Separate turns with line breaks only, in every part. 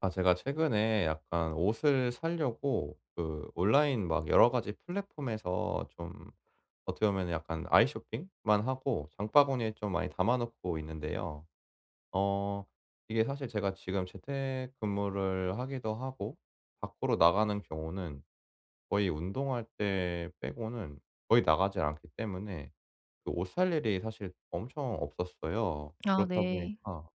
아, 제가 최근에 약간 옷을 사려고 그 온라인 막 여러 가지 플랫폼에서 좀 어떻게 보면 약간 아이 쇼핑만 하고 장바구니에 좀 많이 담아 놓고 있는데요. 어 이게 사실 제가 지금 재택근무를 하기도 하고 밖으로 나가는 경우는 거의 운동할 때 빼고는 거의 나가질 않기 때문에 그 옷 살 일이 사실 엄청 없었어요.
아
그렇다
네.
보니까,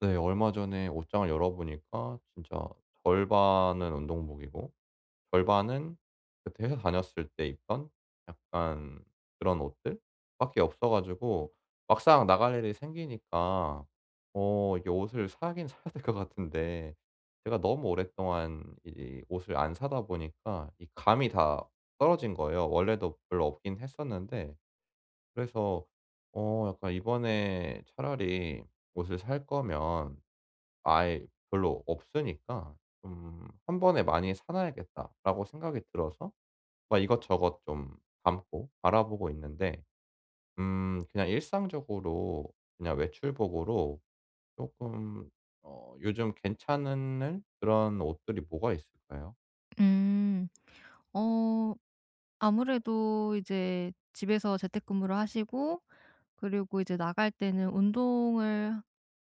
네. 얼마 전에 옷장을 열어보니까 진짜 절반은 운동복이고 절반은 그때 회사 다녔을 때 입던 약간 그런 옷들 밖에 없어 가지고 막상 나갈 일이 생기니까 이게 옷을 사긴 사야 될 것 같은데, 제가 너무 오랫동안 이 옷을 안 사다 보니까 이 감이 다 떨어진 거예요. 원래도 별로 없긴 했었는데, 그래서 약간 이번에 차라리 옷을 살 거면 아예 별로 없으니까 좀 '한 번에 많이 사 놔야겠다.'라고 생각이 들어서 막 이것저것 좀 담고 알아보고 있는데, 그냥 일상적으로 그냥 외출복으로 조금 요즘 괜찮은 그런 옷들이 뭐가 있을까요?
음. 어 아무래도 이제 집에서 재택근무를 하시고, 그리고 이제 나갈 때는 운동을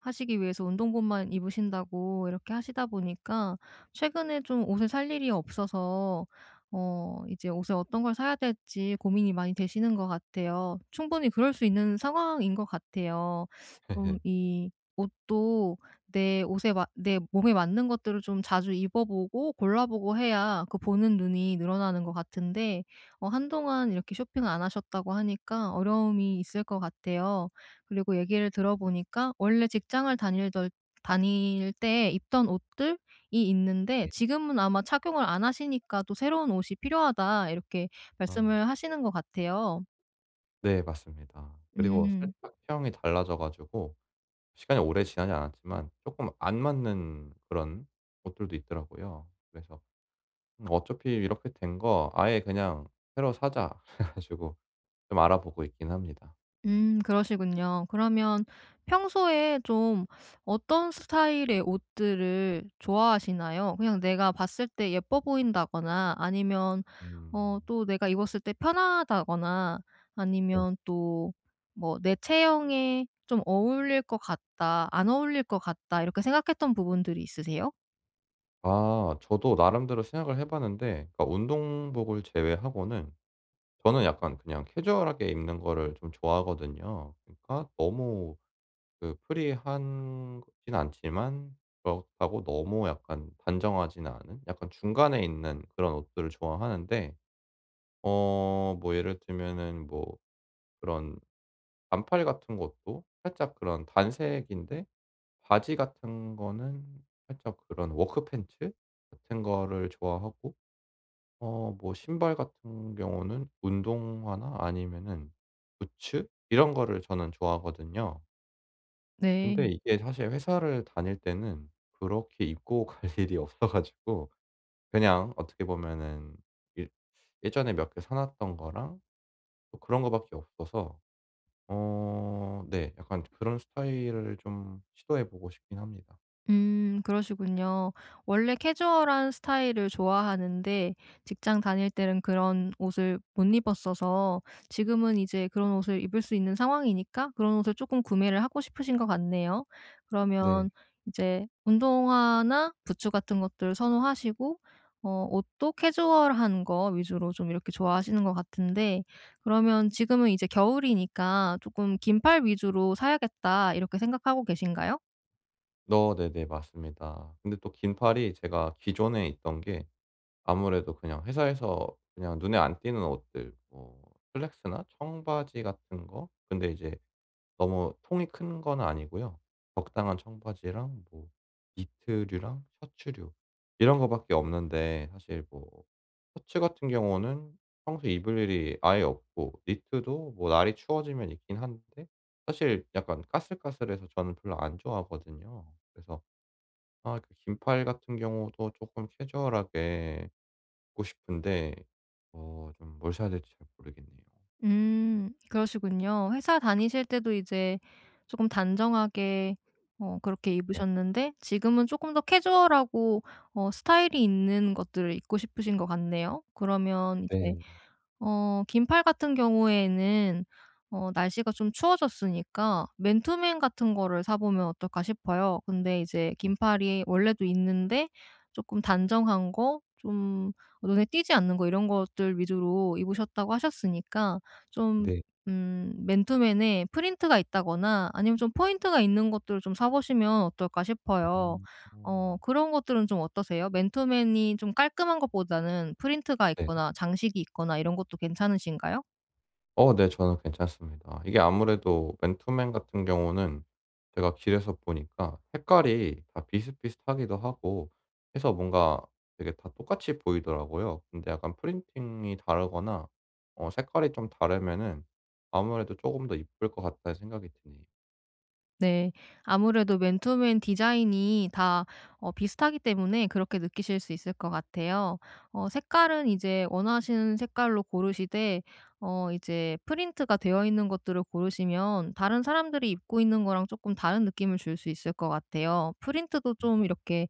하시기 위해서 운동복만 입으신다고 이렇게 하시다 보니까 최근에 좀 옷을 살 일이 없어서 이제 옷을 어떤 걸 사야 될지 고민이 많이 되시는 것 같아요. 충분히 그럴 수 있는 상황인 것 같아요. 좀 이 옷도 내 몸에 맞는 것들을 좀 자주 입어보고 골라보고 해야 그 보는 눈이 늘어나는 것 같은데, 한동안 이렇게 쇼핑을 안 하셨다고 하니까 어려움이 있을 것 같아요. 그리고 얘기를 들어보니까 원래 직장을 다닐 때 입던 옷들이 있는데,
네.
지금은 아마 착용을 안 하시니까 또 "새로운 옷이 필요하다." 이렇게
아,
말씀을 하시는 것 같아요.
네, 맞습니다. 그리고
음.
살짝 취이 달라져 가지고 시간이 오래 지나지 않았지만 조금 안 맞는 그런 옷들도 있더라고요. 그래서 어차피 이렇게 된 거 아예 그냥 새로 사자 그래 가지고 좀 알아보고 있긴 합니다.
그러시군요. 그러면 평소에 좀 어떤 스타일의 옷들을 좋아하시나요? 그냥 내가 봤을 때 예뻐 보인다거나, 아니면
음.
또 내가 입었을 때 편하다거나,
네.
아니면 또 뭐 '내 체형에 좀 어울릴 것 같다. 안 어울릴 것 같다.' 이렇게 생각했던 부분들이 있으세요?
아, 저도 나름대로 생각을 해 봤는데, 그러니까 운동복을 제외하고는 저는 약간 그냥 캐주얼하게 입는 거를 좀 좋아하거든요. 그러니까 너무 그 프리한 거진 않지만 그렇다고 너무 약간 단정하지는 않은 약간 중간에 있는 그런 옷들을 좋아하는데, 뭐 예를 들면은 뭐 그런 반팔 같은 것도 살짝 그런 단색인데 바지 같은 거는 살짝 그런 워크 팬츠 같은 거를 좋아하고, 뭐 신발 같은 경우는 운동화나 아니면은 부츠 이런 거를 저는 좋아하거든요. 근데
네.
이게 사실 회사를 다닐 때는 그렇게 입고 갈 일이 없어 가지고 그냥 어떻게 보면은 일 예전에 몇 개 사 놨던 거랑 또 그런 거밖에 없어서 네. 약간 그런 스타일을 좀 시도해 보고 싶긴 합니다.
그러시군요. 원래 캐주얼한 스타일을 좋아하는데 직장 다닐 때는 그런 옷을 못 입었어서 지금은 이제 그런 옷을 입을 수 있는 상황이니까 그런 옷을 조금 구매를 하고 싶으신 것 같네요.
네.
그러면 이제 운동화나 부츠 같은 것들을 선호하시고, 옷도 캐주얼한 거 위주로 좀 이렇게 좋아하시는 것 같은데, 그러면 지금은 이제 겨울이니까 '조금 긴팔 위주로 사야겠다.' 이렇게 생각하고 계신가요?
네네, 맞습니다. 근데 또 긴팔이 제가 기존에 있던 게 아무래도 그냥 회사에서 그냥 눈에 안 띄는 옷들 뭐 슬랙스나 청바지 같은 거, 근데 이제 너무 통이 큰 건 아니고요. 적당한 청바지랑 뭐 니트류랑 셔츠류 이런 거밖에 없는데, 사실 뭐 셔츠 같은 경우는 평소에 입을 일이 아예 없고 니트도 뭐 날이 추워지면 있긴 한데 사실 약간 까슬까슬해서 저는 별로 안 좋아하거든요. 그래서 아, 그 긴팔 같은 경우도 조금 캐주얼하게 입고 싶은데 좀 뭘 사야 될지 잘 모르겠네요.
음. 그러시군요. 회사 다니실 때도 이제 조금 단정하게 그렇게
네.
입으셨는데 지금은 조금 더 캐주얼하고 스타일이 있는 것들을 입고 싶으신 것 같네요. 그러면 이제
네.
긴팔 같은 경우에는 날씨가 좀 추워졌으니까 맨투맨 같은 거를 사 보면 어떨까 싶어요. 근데 이제 긴팔이 원래도 있는데 조금 단정한 거, 좀 눈에 띄지 않는 거, 이런 것들 위주로 입으셨다고 하셨으니까 좀,
네.
맨투맨에 프린트가 있다거나 아니면 좀 포인트가 있는 것들을 좀 사 보시면 어떨까 싶어요.
아.
그런 것들은 좀 어떠세요? 맨투맨이 좀 깔끔한 것보다는 프린트가
네.
있거나 장식이 있거나 이런 것도 괜찮으신가요?
네. 저는 괜찮습니다. 이게 아무래도 맨투맨 같은 경우는 제가 길에서 보니까 색깔이 다 비슷비슷하기도 하고 해서 뭔가 되게 다 똑같이 보이더라고요. 근데 약간 프린팅이 다르거나 색깔이 좀 다르면은 아무래도 조금 더 이쁠 것 같다는 생각이 드네요.
네. 아무래도 맨투맨 디자인이 다 비슷하기 때문에 그렇게 느끼실 수 있을 것 같아요. 색깔은 이제 원하시는 색깔로 고르시되, 이제 프린트가 되어 있는 것들을 고르시면 다른 사람들이 입고 있는 거랑 조금 다른 느낌을 줄 수 있을 것 같아요. 프린트도 좀 이렇게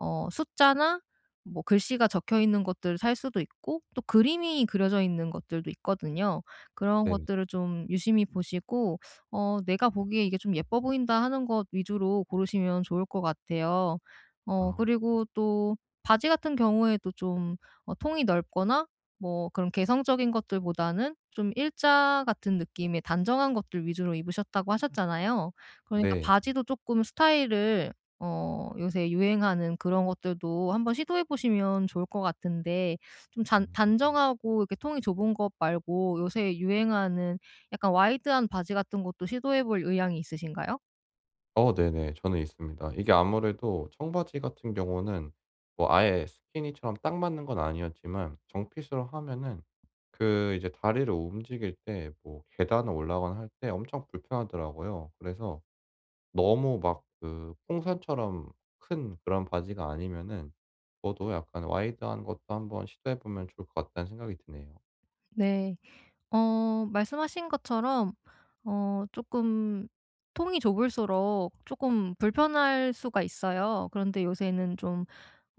숫자나 뭐 글씨가 적혀 있는 것들을 살 수도 있고, 또 그림이 그려져 있는 것들도 있거든요. 그런
네네.
것들을 좀 유심히 보시고 내가 보기에 이게 좀 예뻐 보인다 하는 것 위주로 고르시면 좋을 것 같아요.
아
그리고 또 바지 같은 경우에도 좀 통이 넓거나 뭐 그런 개성적인 것들보다는 좀 일자 같은 느낌의 단정한 것들 위주로 입으셨다고 하셨잖아요. 그러니까
네.
바지도 조금 스타일을 요새 유행하는 그런 것들도 한번 시도해 보시면 좋을 것 같은데, 좀 잔
음.
단정하고 이렇게 통이 좁은 것 말고 요새 유행하는 약간 와이드한 바지 같은 것도 시도해 볼 의향이 있으신가요?
네네. 저는 있습니다. 이게 아무래도 청바지 같은 경우는 뭐 아예 스키니처럼 딱 맞는 건 아니었지만 정핏으로 하면은 그 이제 다리를 움직일 때 뭐 계단을 올라가거나 할 때 엄청 불편하더라고요. 그래서 너무 막 그 풍선처럼 큰 그런 바지가 아니면은 저도 약간 와이드한 것도 한번 시도해 보면 좋을 것 같다는 생각이 드네요.
네. 말씀하신 것처럼 어금 통이 좁을수록 조금 불편할 수가 있어요. 그런데 요새는 좀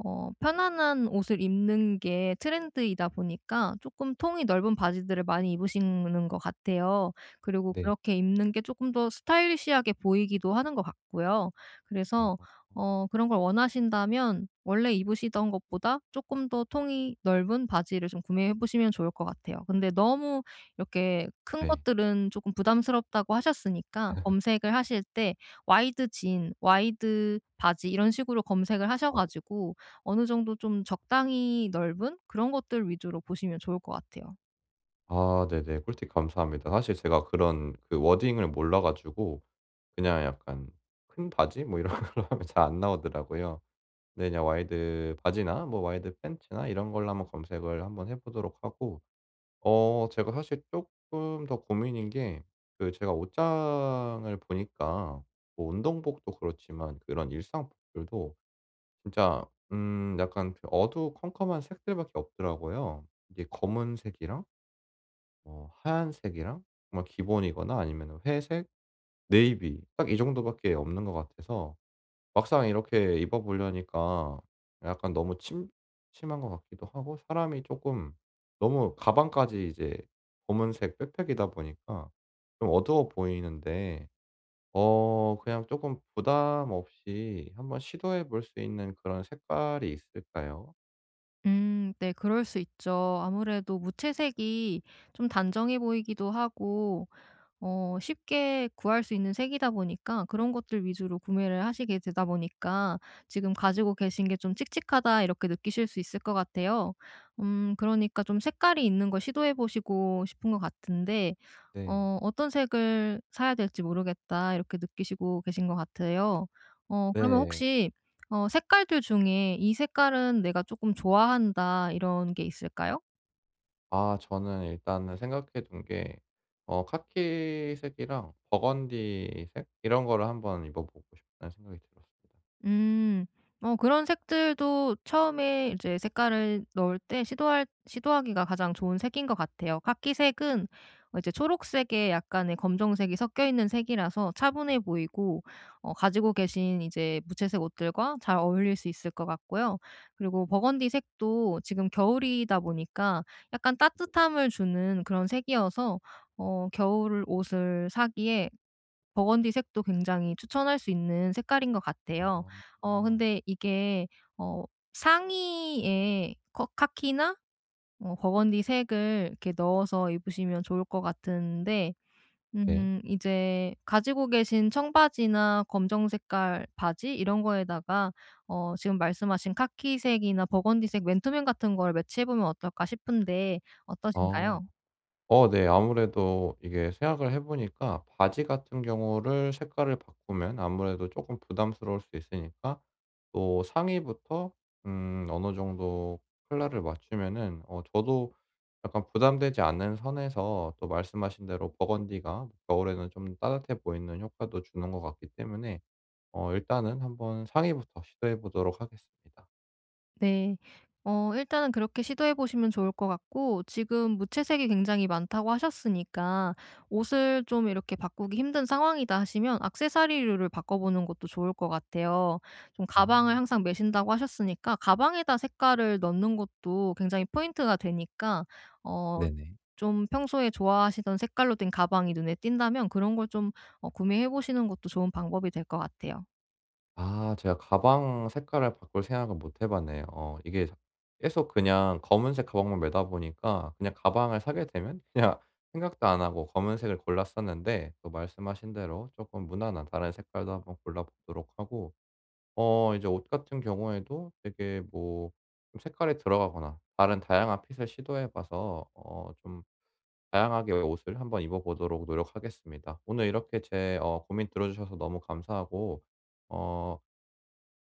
편안한 옷을 입는 게 트렌드이다 보니까 조금 통이 넓은 바지들을 많이 입으시는 것 같아요. 그리고
네.
그렇게 입는 게 조금 더 스타일리시하게 보이기도 하는 것 같고요. 그래서
아.
그런 걸 원하신다면 원래 입으시던 것보다 조금 더 통이 넓은 바지를 좀 구매해 보시면 좋을 것 같아요. 근데 너무 이렇게 큰
네.
것들은 조금 부담스럽다고 하셨으니까 검색을 하실 때 와이드 진, 와이드 바지 이런 식으로 검색을 하셔
어
가지고 어느 정도 좀 적당히 넓은 그런 것들 위주로 보시면 좋을 것 같아요.
아 네네, 꿀팁 감사합니다. 사실 제가 그런 그 워딩을 몰라 가지고 그냥 약간 "큰 바지?" 뭐 이런 걸로 하면 잘 안 나오더라고요. 네, 그냥 와이드 바지나 뭐 와이드 팬츠나 이런 걸로 한번 검색을 한번 해 보도록 하고, 제가 사실 조금 더 고민인 게 그 제가 옷장을 보니까 뭐 운동복도 그렇지만 그런 일상복들도 진짜 약간 그 어두컴컴한 색들밖에 없더라고요. 이게 검은색이랑 뭐 하얀색이랑 정말 기본이거나 아니면 회색, 네이비 딱 이 정도밖에 없는 것 같아서 막상 이렇게 입어 보려니까 약간 너무 침 심한 것 같기도 하고 사람이 조금 너무 가방까지 이제 검은색 백팩이다 보니까 좀 어두워 보이는데, 그냥 조금 부담 없이 한번 시도해 볼 수 있는 그런 색깔이 있을까요?
네, 그럴 수 있죠. 아무래도 무채색이 좀 단정해 보이기도 하고, 쉽게 구할 수 있는 색이다 보니까 그런 것들 위주로 구매를 하시게 되다 보니까 지금 가지고 계신 게 좀 칙칙하다 이렇게 느끼실 수 있을 것 같아요. 그러니까 좀 색깔이 있는 걸 시도해 보시고 싶은 것 같은데,
네.
'어떤 색을 사야 될지 모르겠다.' 이렇게 느끼시고 계신 것 같아요. 그러면
네.
혹시 색깔들 중에 '이 색깔은 내가 조금 좋아한다.' 이런 게 있을까요?
아, 저는 일단은 생각해 둔 게 카키색이랑 버건디색 이런 거를 한번 입어 보고 싶다는 생각이 들었습니다.
음. 그런 색들도 처음에 이제 색깔을 넣을 때 시도할 시도하기가 가장 좋은 색인 것 같아요. 카키색은 이제 초록색에 약간의 검정색이 섞여 있는 색이라서 차분해
음.
보이고 가지고 계신 이제 무채색 옷들과 잘 어울릴 수 있을 것 같고요. 그리고 버건디 색도 지금 겨울이다 보니까 약간 따뜻함을 주는 그런 색이어서 겨울 옷을 사기에 버건디 색도 굉장히 추천할 수 있는 색깔인 것 같아요.
아.
근데 이게 어 상의에 커 카키나 버건디 색을 이렇게 넣어서 입으시면 좋을 것 같은데,
네.
이제 가지고 계신 청바지나 검정 색깔 바지 이런 거에다가 지금 말씀하신 카키색이나 버건디색 맨투맨 같은 걸 매치해 보면 어떨까 싶은데
아.
어떠신가요?
네. 아무래도 이게 생각을 해 보니까 바지 같은 경우를 색깔을 바꾸면 아무래도 쪼끔 부담스러울 수 있으니까 또 상의부터 어느 정도 컬러를 맞추면은 저도 약간 부담되지 않는 선에서 또 말씀하신 대로 버건디가 겨울에는 좀 따뜻해 보이는 효과도 주는 것 같기 때문에 일단은 한번 상의부터 시도해 보도록 하겠습니다.
네. 일단은 그렇게 시도해 보시면 좋을 것 같고, 지금 무채색이 굉장히 많다고 하셨으니까 '옷을 좀 이렇게 바꾸기 힘든 상황이다.' 하시면 액세서리류를 바꿔 보는 것도 좋을 것 같아요. 좀
아.
가방을 항상 메신다고 하셨으니까 가방에다 색깔을 넣는 것도 굉장히 포인트가 되니까 어
네네.
좀 평소에 좋아하시던 색깔로 된 가방이 눈에 띈다면 그런 걸 좀 구매해 보시는 것도 좋은 방법이 될 것 같아요.
아, 제가 가방 색깔을 바꿀 생각을 못 해 봤네요. 이게 자 계속 그냥 검은색 가방만 메다 보니까 그냥 가방을 사게 되면 그냥 생각도 안 하고 검은색을 골랐었는데, 또 말씀하신 대로 조금 무난한 다른 색깔도 한번 골라 보도록 하고, 이제 옷 같은 경우에도 되게 뭐 좀 색깔이 들어가거나 다른 다양한 핏을 시도해 봐서 좀 다양하게 옷을 한번 입어 보도록 노력하겠습니다. 오늘 이렇게 제 고민 들어 주셔서 너무 감사하고 어